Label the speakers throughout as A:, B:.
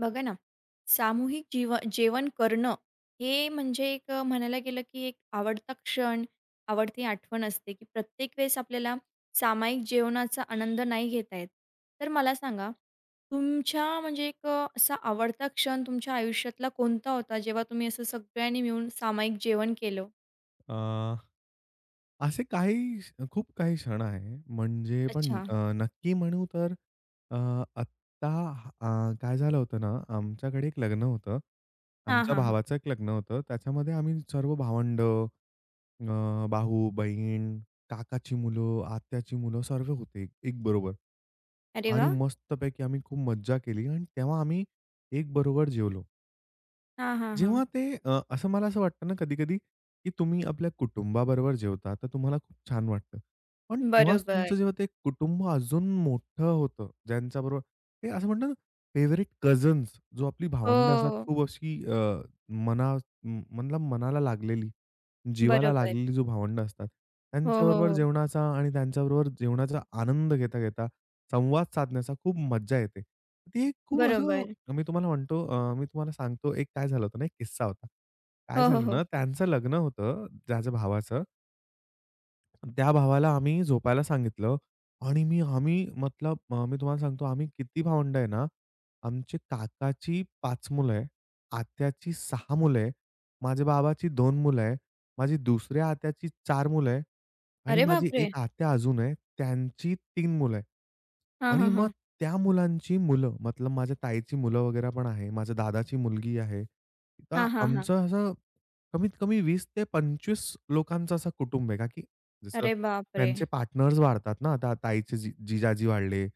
A: बघा ना, सामूहिक जीव जेवण करणं हे म्हणजे एक म्हणायला गेलं की एक आवडता क्षण, आवडती आठवण असते, की प्रत्येक वेळेस आपल्याला सामायिक जेवणाचा आनंद नाही घेता येत. तर मला सांगा, तुमच्या म्हणजे एक असा आवडता क्षण तुमच्या आयुष्यातला कोणता होता, जेव्हा तुम्ही असं सगळ्यांनी मिळून सामायिक जेवण केलं?
B: अ, असे काही खूप काही क्षण आहे. म्हणजे पण
A: अच्छा.
B: नक्की म्हणू तर अ, आत्ता काय झालं होतं ना, आमच्याकडे एक लग्न होतं.
A: हां,
B: आमच्या
A: हां, हां.
B: भावाचं एक लग्न होतं. त्याच्यामध्ये आम्ही सर्व भावंड, भाऊ, बहीण, काकाची मुलं, आत्याची मुलं सर्व होते एक बरोबर.
A: अरे
B: आणि
A: वाह!
B: मस्तपैकी आम्ही खूप मज्जा केली आणि तेव्हा आम्ही एक बरोबर जेवलो.
A: हां, हां, हां.
B: जेव्हा ते असं मला असं वाटतं ना कधी-कधी, की तुम्ही आपल्या कुटुंबाबरोबर जेवता, तर तुम्हाला खूप छान वाटतं. पण तेव्हाच
A: बरोबर.
B: तुमचं जेव्हा ते कुटुंब अजून मोठं होतं, ज्यांच्याबरोबर ते असं म्हणतात ना, फेव्हरेट कझन्स जो आपली भावंडं असतात,
A: हो.
B: खूप अशी मना म मतलब मनाला लागलेली. जीवाला
A: बरोबर.
B: लागलेली जो भावंडं असतात,
A: हो, हो,
B: त्यांच्याबरोबर
A: हो.
B: जेवणाचा आणि त्यांच्याबरोबर जेवणाचा आनंद घेता-घेता संवाद साधण्याचा खूप मज्जा येते. ती एक खूप असं
A: बरोबर.
B: मी तुम्हाला म्हणतो मी तुम्हाला सांगतो एक काय झालं होतं ना, एक किस्सा होता. काय
A: हो, हो,
B: झालं
A: हो.
B: ना, त्यांचं लग्न होतं, माझ्या भावाचं. त्या भावाला आम्ही झोपायला सांगितलं आणि मी आम्ही मतलब मी तुम्हाला सांगतो आम्ही किती भावंड आहे ना, आमचे काकाची 5 मुलं आहे, आत्याची 6 मुलं आहे, माझ्या बाबाची 2 मुलं आहे, माझी दुसऱ्या आत्याची 4 मुलं आहे आणि
A: अरे
B: माझी
A: बापरे!
B: एक आत्या अजून आहे, त्यांची तीन मुलं आहे.
A: हां,
B: आणि
A: हां,
B: मग
A: हां.
B: त्या मुलांची मुलं, मतलब माझ्या ताईची मुलं वगैरे पण आहे, माझ्या दादाची मुलगी आहे. तर
A: हां, हां, हां.
B: आमचं असं कमीत कमी 20 ते 25 लोकांचं असं कुटुंब आहे. का की जसं
A: अरे बापरे!
B: त्यांचे पार्टनर्स वाढतात ना. आता ताईचे जी जिजाजी वाढले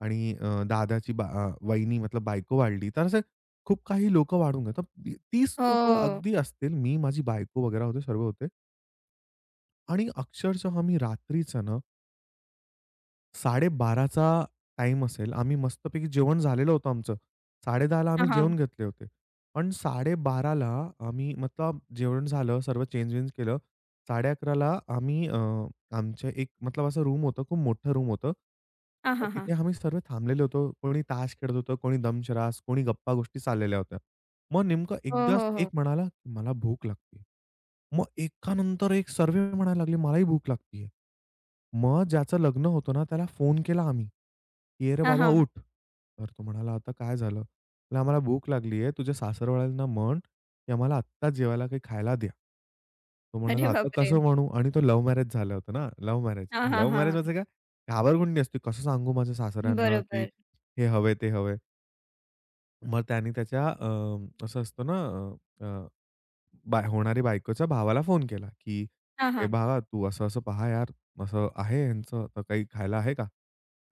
B: आणि दादाची वहिनी मतलब बायको वाढली. तर असे खूप काही लोकं वाढून गेले. तर 30 लोकं
A: हो.
B: अगदी असतील. मी, माझी बायको वगैरे होते, सर्व होते आणि अक्षरशः आम्ही रात्रीचं ना 12:30 चा टाईम असेल. आम्ही मस्तपैकी जेवण झालेलं होतं आमचं. 10:30 ला
A: हां,
B: आम्ही
A: हां.
B: जेवून घेतले होते. पण 12:30 ला आम्ही मतलब जेवण झालं, सर्व चेंज-वेंज केलं. 11:30 ला आम्ही आमच्या एक मतलब असं रूम होतं, खूप मोठं रूम होतं.
A: हां,
B: तर
A: हां, हां.
B: तिथे आम्ही सर्व थांबलेलो होतो. कोणी ताश खेळत होतं, कोणी दमशरास, कोणी गप्पा-गोष्टी चाललेल्या होत्या. मग नेमकं
A: हो,
B: एकदाच
A: हो, हो.
B: एक म्हणाला, "मला भूक लागते." मग एकानंतर एक सर्वे म्हणायला लागले, "मलाही भूक लागतीये." मग ज्याचं लग्न होतं ना, त्याला फोन केला आम्ही, की "अरे
A: हां,
B: बाबा
A: हां.
B: उठ." तर तो म्हणाला, "आता काय झालं?" "म्हटलं आम्हाला भूक लागलीये. तुझ्या सासरवाल्यांना म्हण, की आम्हाला आत्ताच जेवायला काही खायला द्या." तो
A: अरे
B: म्हणाला, "आता
A: बापरे!
B: कसं म्हणू?" आणि तो लव्ह मॅरेज झालं होतं ना, लव्ह मॅरेज.
A: हां, हां,
B: लव्ह मॅरेज
A: हां.
B: म्हणजे काय? घाबरगुंडी असते. कसं सांगू माझ्या सासऱ्यांना, की
A: बरोबर.
B: हे हवंय, ते हवंय. मग त्याने त्याच्या असं असतं ना अ, अ होणारी बायकोच्या भावाला फोन केला, की
A: हां,
B: "ए
A: हां.
B: भावा, तू असं-असं पहा यार, असं आहे ह्यांचं, तर काही खायला आहे का?"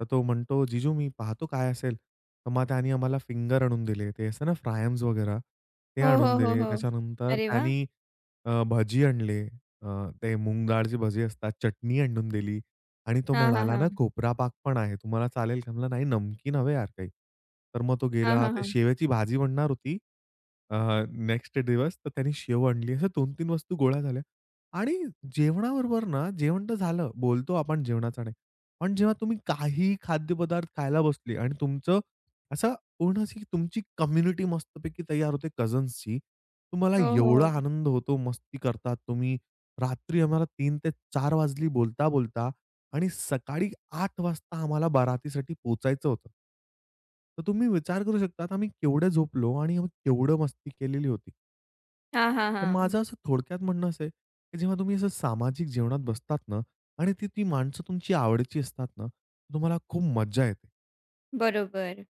B: तर तो म्हणतो, "जीजू मी पाहतो काय असेल." तर मग त्यानी आम्हाला फिंगर आणून दिले. ते असतं ना फ्रायम्स वगैरे, ते
A: हो,
B: आणून
A: हो, हो,
B: दिले.
A: हो.
B: त्याच्यानंतर
A: अरे वाह!
B: त्यानी भजी आणले. अ, ते मूग डाळची भजी असतात, चटणी आणून दिली. आणि तो
A: हां, हां,
B: म्हणाला ना,
A: हां.
B: "खोबरा पाक पण आहे. तुम्हाला चालेल का?" म्हणलं, "नाही, नमकीन हवं यार काही." तर मग तो
A: हां,
B: गेला.
A: हां,
B: ते
A: हां.
B: शेवेची भाजी बनणार होती नेक्स्ट दिवस. तर त्यांनी शेव आणली. अशा 2-3 वस्तू गोळ्या झाल्या. आणि जेवणाबरोबर ना, जेवण तर झालं. बोलतो आपण जेवणाचा नाही. पण जेव्हा तुम्ही काही खाद्यपदार्थ खायला बसले आणि तुमचं असं पूर्ण अशी तुमची कम्युनिटी मस्तपैकी तयार होते कझन्सची. तुम्हाला
A: हो, हो,
B: एवढा
A: हो.
B: आनंद होतो, मस्ती करतात तुम्ही. रात्री आम्हाला 3 ते 4 वाजली बोलता-बोलता. आणि सकाळी 8 वाजता आम्हाला बारातीसाठी पोहोचायचं होतं. तर तुम्ही विचार करू शकतात आम्ही केवढं झोपलो आणि आम्ही केवढं मस्ती केलेली होती.
A: हां, हां,
B: तर
A: हां.
B: माझं असं थोडक्यात म्हणणं असं आहे, की जेव्हा तुम्ही असं सामाजिक जीवनात बसतात ना आणि ती ती माणसं तुमची आवडीची असतात ना, तुम्हाला खूप मज्जा येते.
A: बरोबर.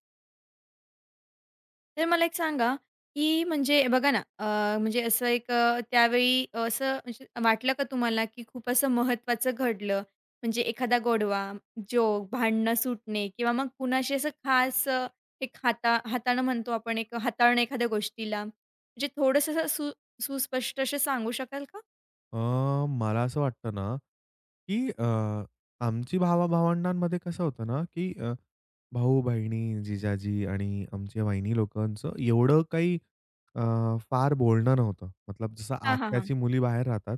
A: तर मला एक सांगा, की म्हणजे बघा ना, म्हणजे असं एक त्यावेळी असं म्हणजे वाटलं का तुम्हाला, की खूप असं महत्त्वाचं घडलं? म्हणजे एखादा गोडवा, जोक, भांडणं सुटणे किंवा मग कुणाशी असं खास एक हाताळणं म्हणतो आपण, एक हाताळणं एखाद्या गोष्टीला. म्हणजे थोडंसं असं सुस्पष्ट असे सांगू शकाल का?
B: अ, मला असं वाटतं ना, की आमची भावा-भावंडांमध्ये कसं होतं ना, की भाऊ-बहिणी, जिजाजी आणि आमच्या वहिनी लोकांचं एवढं काही अ, फार बोलणं नव्हतं. मतलब जसं
A: हां, हां, हां.
B: आत्याची मुली बाहेर राहतात.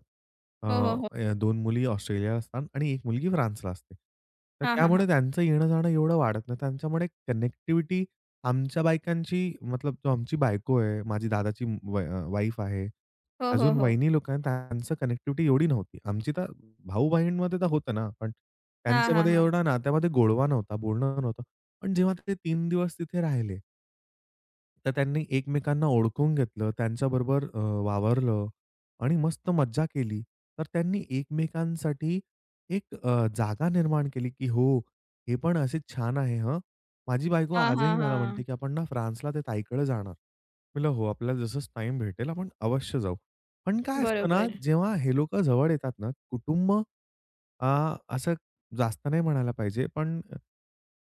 B: अ,
A: हो, हो, हो.
B: अ, 2 मुली ऑस्ट्रेलियाला असतात आणि एक मुलगी फ्रान्सला असते. तर
A: हां, हां, हां.
B: त्यामुळे त्यांचं येणं-जाणं एवढं वाढत नाही. त्यांच्यामुळे कनेक्टिव्हिटी आमच्या बायकांची मतलब जो आमची बायको आहे, माझी दादाची वाईफ आहे.
A: हो, हो,
B: अजून
A: हो.
B: वहिनी लोक आहेत, त्यांचं कनेक्टिव्हिटी एवढी नव्हती. आमची तर भाऊ-बहीणमध्ये तर होतं ना, पण
A: हां, हां,
B: त्यांच्यामध्ये
A: हां.
B: एवढा नात्यामध्ये गोडवा नव्हता, बोलणं नव्हतं. पण जेव्हा ते 3 दिवस तिथे राहिले, तर त्यांनी एकमेकांना ओळखून घेतलं, त्यांच्याबरोबर वावरलं आणि मस्त मज्जा केली. तर त्यांनी एकमेकांसाठी एक जागा निर्माण केली, की "हो, हे पण असेच छान आहे हं." माझी बायको
A: हां,
B: आजही
A: हां,
B: मला
A: हां.
B: म्हणते, की "आपण ना फ्रान्सला ते ताईकडे जाणार." म्हटलं, "हो, आपल्याला जसंच टाईम भेटेल आपण अवश्य जाऊ." पण काय असतं ना,
A: बरोबर,
B: जेव्हा हे लोकं जवळ येतात ना, कुटुंब अ, असं जास्त नाही म्हणायला पाहिजे, पण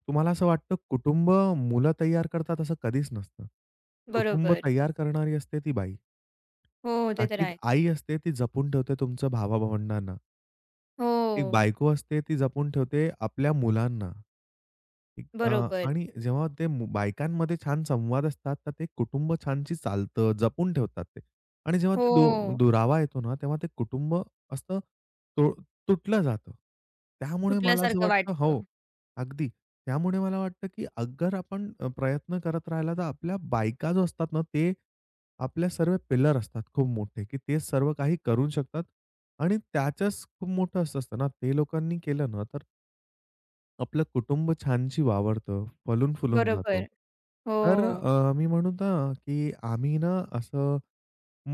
B: तुम्हाला असं वाटतं कुटुंब मुलं तयार करतात असं कधीच नसतं. कुटुंब
A: बरोबर.
B: तयार करणारी असते ती बाई.
A: हो, ते तर
B: का
A: आहे.
B: आई असते ती जपून ठेवते तुमच्या भावा, एक
A: हो,
B: बायको असते ती जपून ठेवते आपल्या मुलांना. एक,
A: बरोबर.
B: आणि जेव्हा ते बायकांमध्ये छान संवाद असतात, तर ते कुटुंब छानशी चालतं, जपून ठेवतात ते. आणि जेव्हा ते
A: हो,
B: दुरावा येतो ना, तेव्हा ते कुटुंब असं तु तुटलं जातं. त्यामुळे मला असं
A: सुटल्यासारखं
B: वाटतं
A: वाटतं.
B: हो, अगदी. त्यामुळे मला वाटतं, की अगर आपण प्रयत्न करत राहिला, तर आपल्या बायका जो असतात ना, ते आपल्या सर्व पिलर असतात खूप मोठे, की ते सर्व काही करू शकतात. आणि त्याचंच खूप मोठं असं असतं ना, ते लोकांनी केलं ना, तर आपलं कुटुंब छानशी वावरतं, फलून-फुलून जातो.
A: बरोबर. हो,
B: तर मी म्हणू ना, की आम्ही ना असं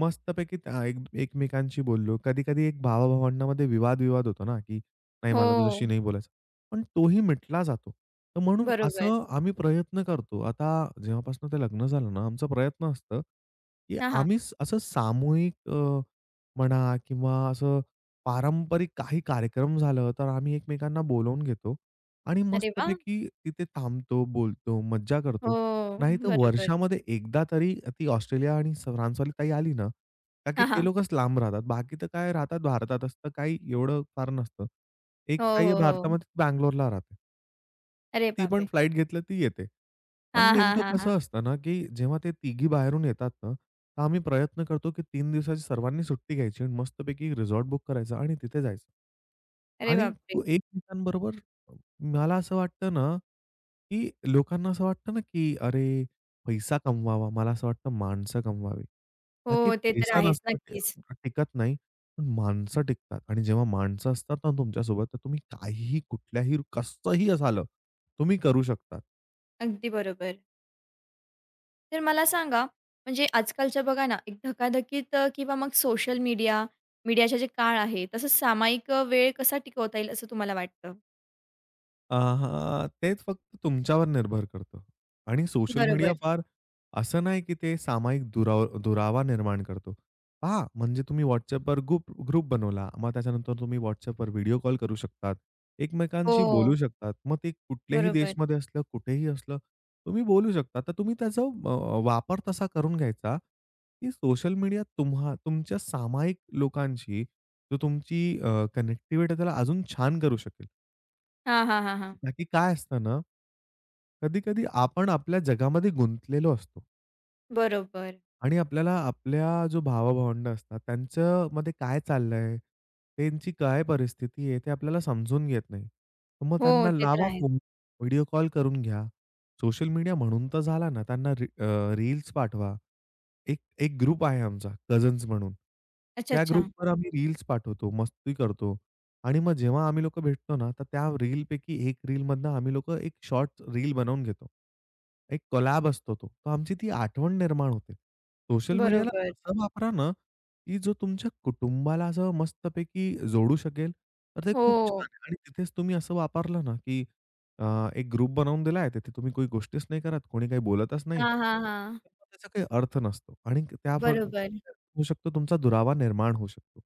B: मस्तपैकी त्या एकमेकांशी बोललो. कधी-कधी एक भावा विवाद-विवाद होतो ना, की "नाही, मला तुझ्याशी
A: हो,
B: नाही बोलायचं." पण तोही मिटला जातो. तर म्हणून
A: बरोबर.
B: असं आम्ही प्रयत्न करतो. आता जेव्हापासून ते लग्न झालं ना, आमचा प्रयत्न असतं, की
A: हां, हां.
B: आम्ही असं सामूहिक म्हणा किंवा असं पारंपरिक काही कार्यक्रम झालं, तर आम्ही एकमेकांना बोलावून घेतो आणि
A: अरे वाह!
B: मस्तपैकी तिथे थांबतो, बोलतो, मज्जा करतो.
A: हो,
B: नाही नाहीतर
A: बरोबर.
B: वर्षामध्ये एकदा तरी ती ऑस्ट्रेलिया आणि फ्रान्सवाली ताई आली ना, का की
A: हां,
B: ते
A: हां.
B: लोकच लांब राहतात. बाकी तर काय राहतात भारतातच, तर काही एवढं फार नसतं. एक
A: हो,
B: ताई आहे
A: हो, हो.
B: भारतामध्ये, ती बंगलोरला राहते.
A: अरे
B: ती पण
A: बापरे!
B: फ्लाइट घेतलं ती येते. पण
A: हां, हां,
B: नेमकं
A: हां, हां.
B: कसं असतं ना, की जेव्हा ते तिघी बाहेरून येतात ना, तर आम्ही प्रयत्न करतो, की 3 दिवसाची सर्वांनी सुट्टी घ्यायची आणि मस्तपैकी रिसॉर्ट बुक करायचा आणि तिथे जायचं.
A: अरे
B: आणि
A: बापरे!
B: तो एकमेकांबरोबर मला असं वाटतं ना, की लोकांना असं वाटतं ना, की अरे, पैसा कमवावा. मला असं वाटतं माणसं कमवावी. का की
A: हो, ते तर
B: पैसा
A: आहेच
B: नसतो,
A: नक्कीच.
B: टिकत नाही. पण माणसं टिकतात आणि जेव्हा माणसं असतात ना तुमच्यासोबत, तर तुम्ही काहीही, कुठल्याही, कसंही झालं, तुम्ही करू शकता.
A: अगदी बरोबर. तर मला सांगा, म्हणजे आजकालच्या बघा ना, एक धकाधकीत किंवा मग सोशल मीडिया, मीडियाचा जे काळ आहे, तसंच सामायिक वेळ कसा टिकवता येईल असं तुम्हाला वाटतं?
B: अ, हां, तेच फक्त तुमच्यावर निर्भर करतं आणि सोशल मीडिया
A: बरोबर.
B: फार असं नाही, की ते सामायिक दुरावा निर्माण करतो. पहा, म्हणजे तुम्ही WhatsAppवर ग्रुप ग्रुप बनवला. मग त्याच्यानंतर तुम्ही WhatsAppवर व्हिडिओ कॉल करू शकतात. एकमेकांशी बोलू
A: हो,
B: शकतात. मग ते कुठल्याही
A: बरोबर.
B: देशमध्ये असलं, कुठेही असलं, तुम्ही बोलू शकता. तर तुम्ही त्याचा वापर तसा करून घ्यायचा, की सोशल मीडिया तुमच्या सामायिक लोकांशी जो तुमची कनेक्टिव्हिटी त्याला अजून छान करू शकेल.
A: हां, हां, हां, हां.
B: बाकी काय असतं ना, कधी-कधी आपण आपल्या जगामध्ये गुंतलेलो असतो
A: बरोबर.
B: आणि आपल्याला आपल्या जो भावा-भावंड असतात, त्यांच्यामध्ये काय चाललंय, त्यांची काय परिस्थिती आहे, ते आपल्याला समजून घेत नाही. तर मग
A: हो,
B: त्यांना
A: ते तर
B: लावा
A: आहे.
B: फोन, व्हिडिओ कॉल करून घ्या. सोशल मीडिया म्हणून तर झाला ना, त्यांना रील्स पाठवा. एक एक ग्रुप आहे आमचा कझन्स म्हणून.
A: अच्छा,
B: त्या
A: अच्छा.
B: ग्रुपवर आम्ही रील्स पाठवतो, मस्ती करतो आणि मग जेव्हा आम्ही लोकं भेटतो ना, तर त्या रीलपैकी एक रीलमधनं आम्ही लोकं एक शॉर्ट रील बनवून घेतो. एक कोलॅब असतो तो. तर आमची ती आठवण निर्माण होते. सोशल मीडियाला
A: बरोबर.
B: असं वापरा ना, की जो तुमच्या कुटुंबाला असं मस्तपैकी जोडू शकेल, तर ते खूप छान
A: हो.
B: आहे आणि तिथेच तुम्ही असं वापरलं ना, की एक ग्रुप बनवून दिला आहे. तिथे तुम्ही काही गोष्टीच नाही करत. कोणी काही बोलतच नाही.
A: हां, हां, हां.
B: तर मग त्याचा काही अर्थ नसतो आणि त्या फळ
A: बरोबर.
B: होऊ शकतो, तुमचा दुरावा निर्माण होऊ शकतो.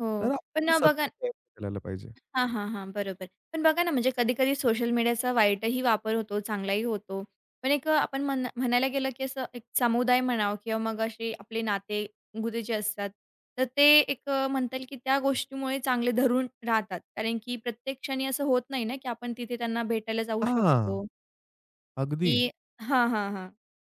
A: हो.
B: तर
A: पण
B: आपल्याला सतत
A: बघा
B: प्रयत्न करायला पाहिजे.
A: हां, हां, हां. बरोबर. पण बघा ना, म्हणजे कधी-कधी सोशल मीडियाचा वाईटही वापर होतो, चांगलाही होतो. पण एक आपण म्हणायला गेलं, की असं एक समुदाय म्हणावं किंवा मग असे आपले नातेगुते जे असतात, तर ते एक म्हणता येईल, की त्या गोष्टीमुळे चांगले धरून राहतात. कारण की प्रत्येक क्षणी असं होत नाही ना, की आपण तिथे त्यांना भेटायला जाऊ
B: हां,
A: शकतो.
B: अगदी.
A: की हां, हां, हां.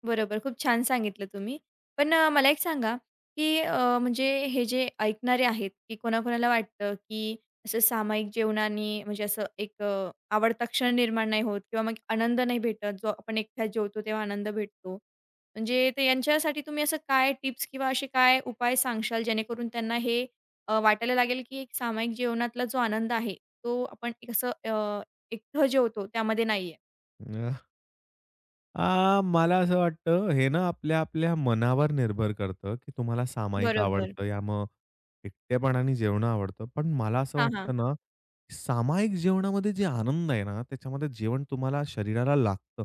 A: बरोबर. खूप छान सांगितलं तुम्ही. पण मला एक सांगा, की म्हणजे हे जे ऐकणारे आहेत, की कोणाकोणाला वाटतं, की असं सामायिक जेवणाने म्हणजे असं एक आवडता क्षण निर्माण नाही होत किंवा मग आनंद नाही भेटत. जो आपण एकट्यात जेवतो तेव्हा आनंद भेटतो. म्हणजे ते यांच्यासाठी तुम्ही असं काय टिप्स किंवा असे काय उपाय सांगशाल जेणेकरून त्यांना हे वाटायला लागेल, की एक सामायिक जेवणातला जो आनंद आहे, तो आपण एक असं एकटं जेवतो त्यामध्ये नाहीये.
B: मला असं वाटतं हे ना आपल्या-आपल्या मनावर निर्भर करतं, की तुम्हाला सामायिक
A: बरोबर.
B: आवडतं या मग एकटेपणाने जेवणं आवडतं. पण मला असं
A: हां, हां.
B: वाटतं ना, सामायिक जेवणामध्ये जे आनंद आहे ना, त्याच्यामध्ये जेवण तुम्हाला शरीराला लागतं.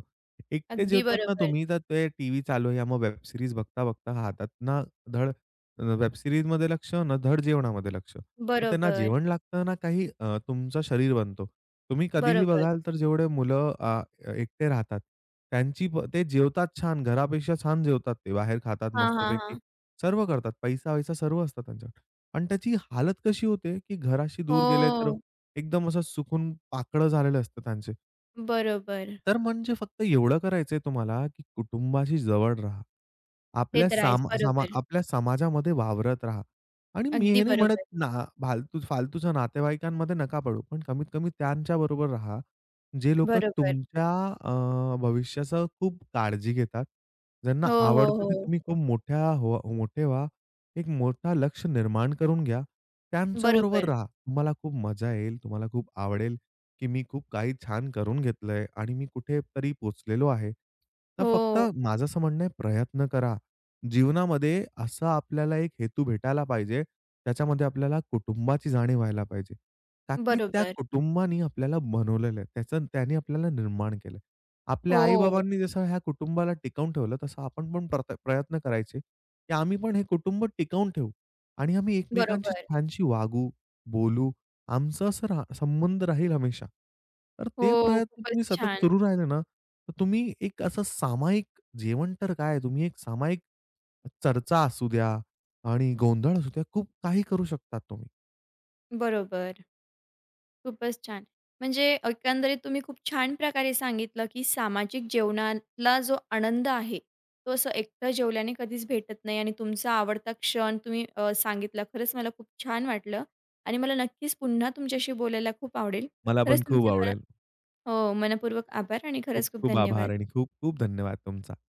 B: एकटे
A: अगदी
B: जेवतात ना
A: बरोबर.
B: तुम्ही, तर ते टीव्ही चालू आहे, या मग वेब सीरीज बघता-बघता हातात ना धड वेब सीरीजमध्ये लक्ष ना धड जेवणामध्ये लक्ष. तर त्यांना
A: बरोबर,
B: जेवण लागतं ना काही, तुमचं शरीर बनतो. तुम्ही कधीही
A: बरोबर.
B: बघाल तर जेवढे मुलं एकटे राहतात. त्यांची प ते जेवतात छान, घरापेक्षा छान जेवतात ते. बाहेर खातात
A: हां, हां,
B: मस्तपैकी.
A: हां.
B: सर्व करतात. पैसा-वैसा सर्व असतं त्यांच्याकडे. पण त्याची हालत कशी होते, की घराशी दूर गेले तर
A: हो.
B: एकदम असं सुकून पाकडं झालेलं असतं त्यांचे.
A: बरोबर.
B: तर म्हणजे फक्त एवढं करायचंय तुम्हाला, की कुटुंबाशी जवळ राहा.
A: ते
B: आपल्या
A: तर आहेच.
B: साम सामा
A: बरोबर.
B: आपल्या समाजामध्ये वावरत राहा. आणि मी
A: अगदी
B: हे नाही म्हणत
A: बरोबर.
B: ना फालतू फालतूच्या नातेवाईकांमध्ये नका पडू. पण कमीत कमी त्यांच्याबरोबर राहा, जे लोकं
A: बरोबर.
B: तुमच्या भविष्याचं खूप काळजी घेतात. ज्यांना
A: हो, हो,
B: आवडतं की
A: हो.
B: तुम्ही खूप मोठ्या हो मोठे व्हा. एक मोठा लक्ष निर्माण करून घ्या. त्यांच्याबरोबर
A: बरोबर.
B: राहा. तुम्हाला खूप मजा येईल. तुम्हाला खूप आवडेल, की मी खूप काही छान करून घेतलंय आणि मी कुठेतरी पोहोचलेलो आहे. तर फक्त
A: हो.
B: माझं असं म्हणणं आहे, प्रयत्न करा. जीवनामध्ये असा आपल्याला एक हेतू भेटायला पाहिजे, त्याच्यामध्ये आपल्याला कुटुंबाची जाणीव व्हायला पाहिजे. का की त्या
A: बरोबर.
B: कुटुंबाने आपल्याला बनवलेलं आहे. त्याचं त्याने आपल्याला निर्माण केलं. आपल्या
A: हो.
B: आई-बाबांनी जसं ह्या कुटुंबाला टिकवून ठेवलं, तसं आपण पण प्रयत्न करायचे, की आम्ही पण हे कुटुंब टिकवून ठेवू आणि आम्ही एकमेकांशी
A: बरोबर.
B: छानशी वागू, बोलू. आमचा असं संबंध राहील हमेशा. तर ते
A: हो.
B: प्रयत्न तुम्ही
A: खूपच
B: सतत
A: छान.
B: सुरू राहिले ना, तर तुम्ही एक असं सामायिक जेवण तर काय तुम्ही एक सामायिक चर्चा असू द्या आणि गोंधळ असू द्या, खूप काही करू शकतात तुम्ही.
A: बरोबर. खूपच छान. म्हणजे एकंदरीत तुम्ही खूप छान प्रकारे सांगितलं, की सामाजिक जेवणातला जो आनंद आहे, तो असं एकटं जेवल्याने कधीच भेटत नाही आणि तुमचा आवडता क्षण तुम्ही सांगितला. खरंच मला खूप छान वाटलं आणि मला नक्कीच पुन्हा तुमच्याशी बोलायला खूप आवडेल.
B: मला
A: खरंच
B: पण खूप
A: तुमचे
B: आवडेल.
A: हो, मनःपूर्वक आभार आणि
B: खूप
A: खरंच खूप
B: खूप आभार
A: धन्यवाद.
B: आणि खूप खूप धन्यवाद तुमचा.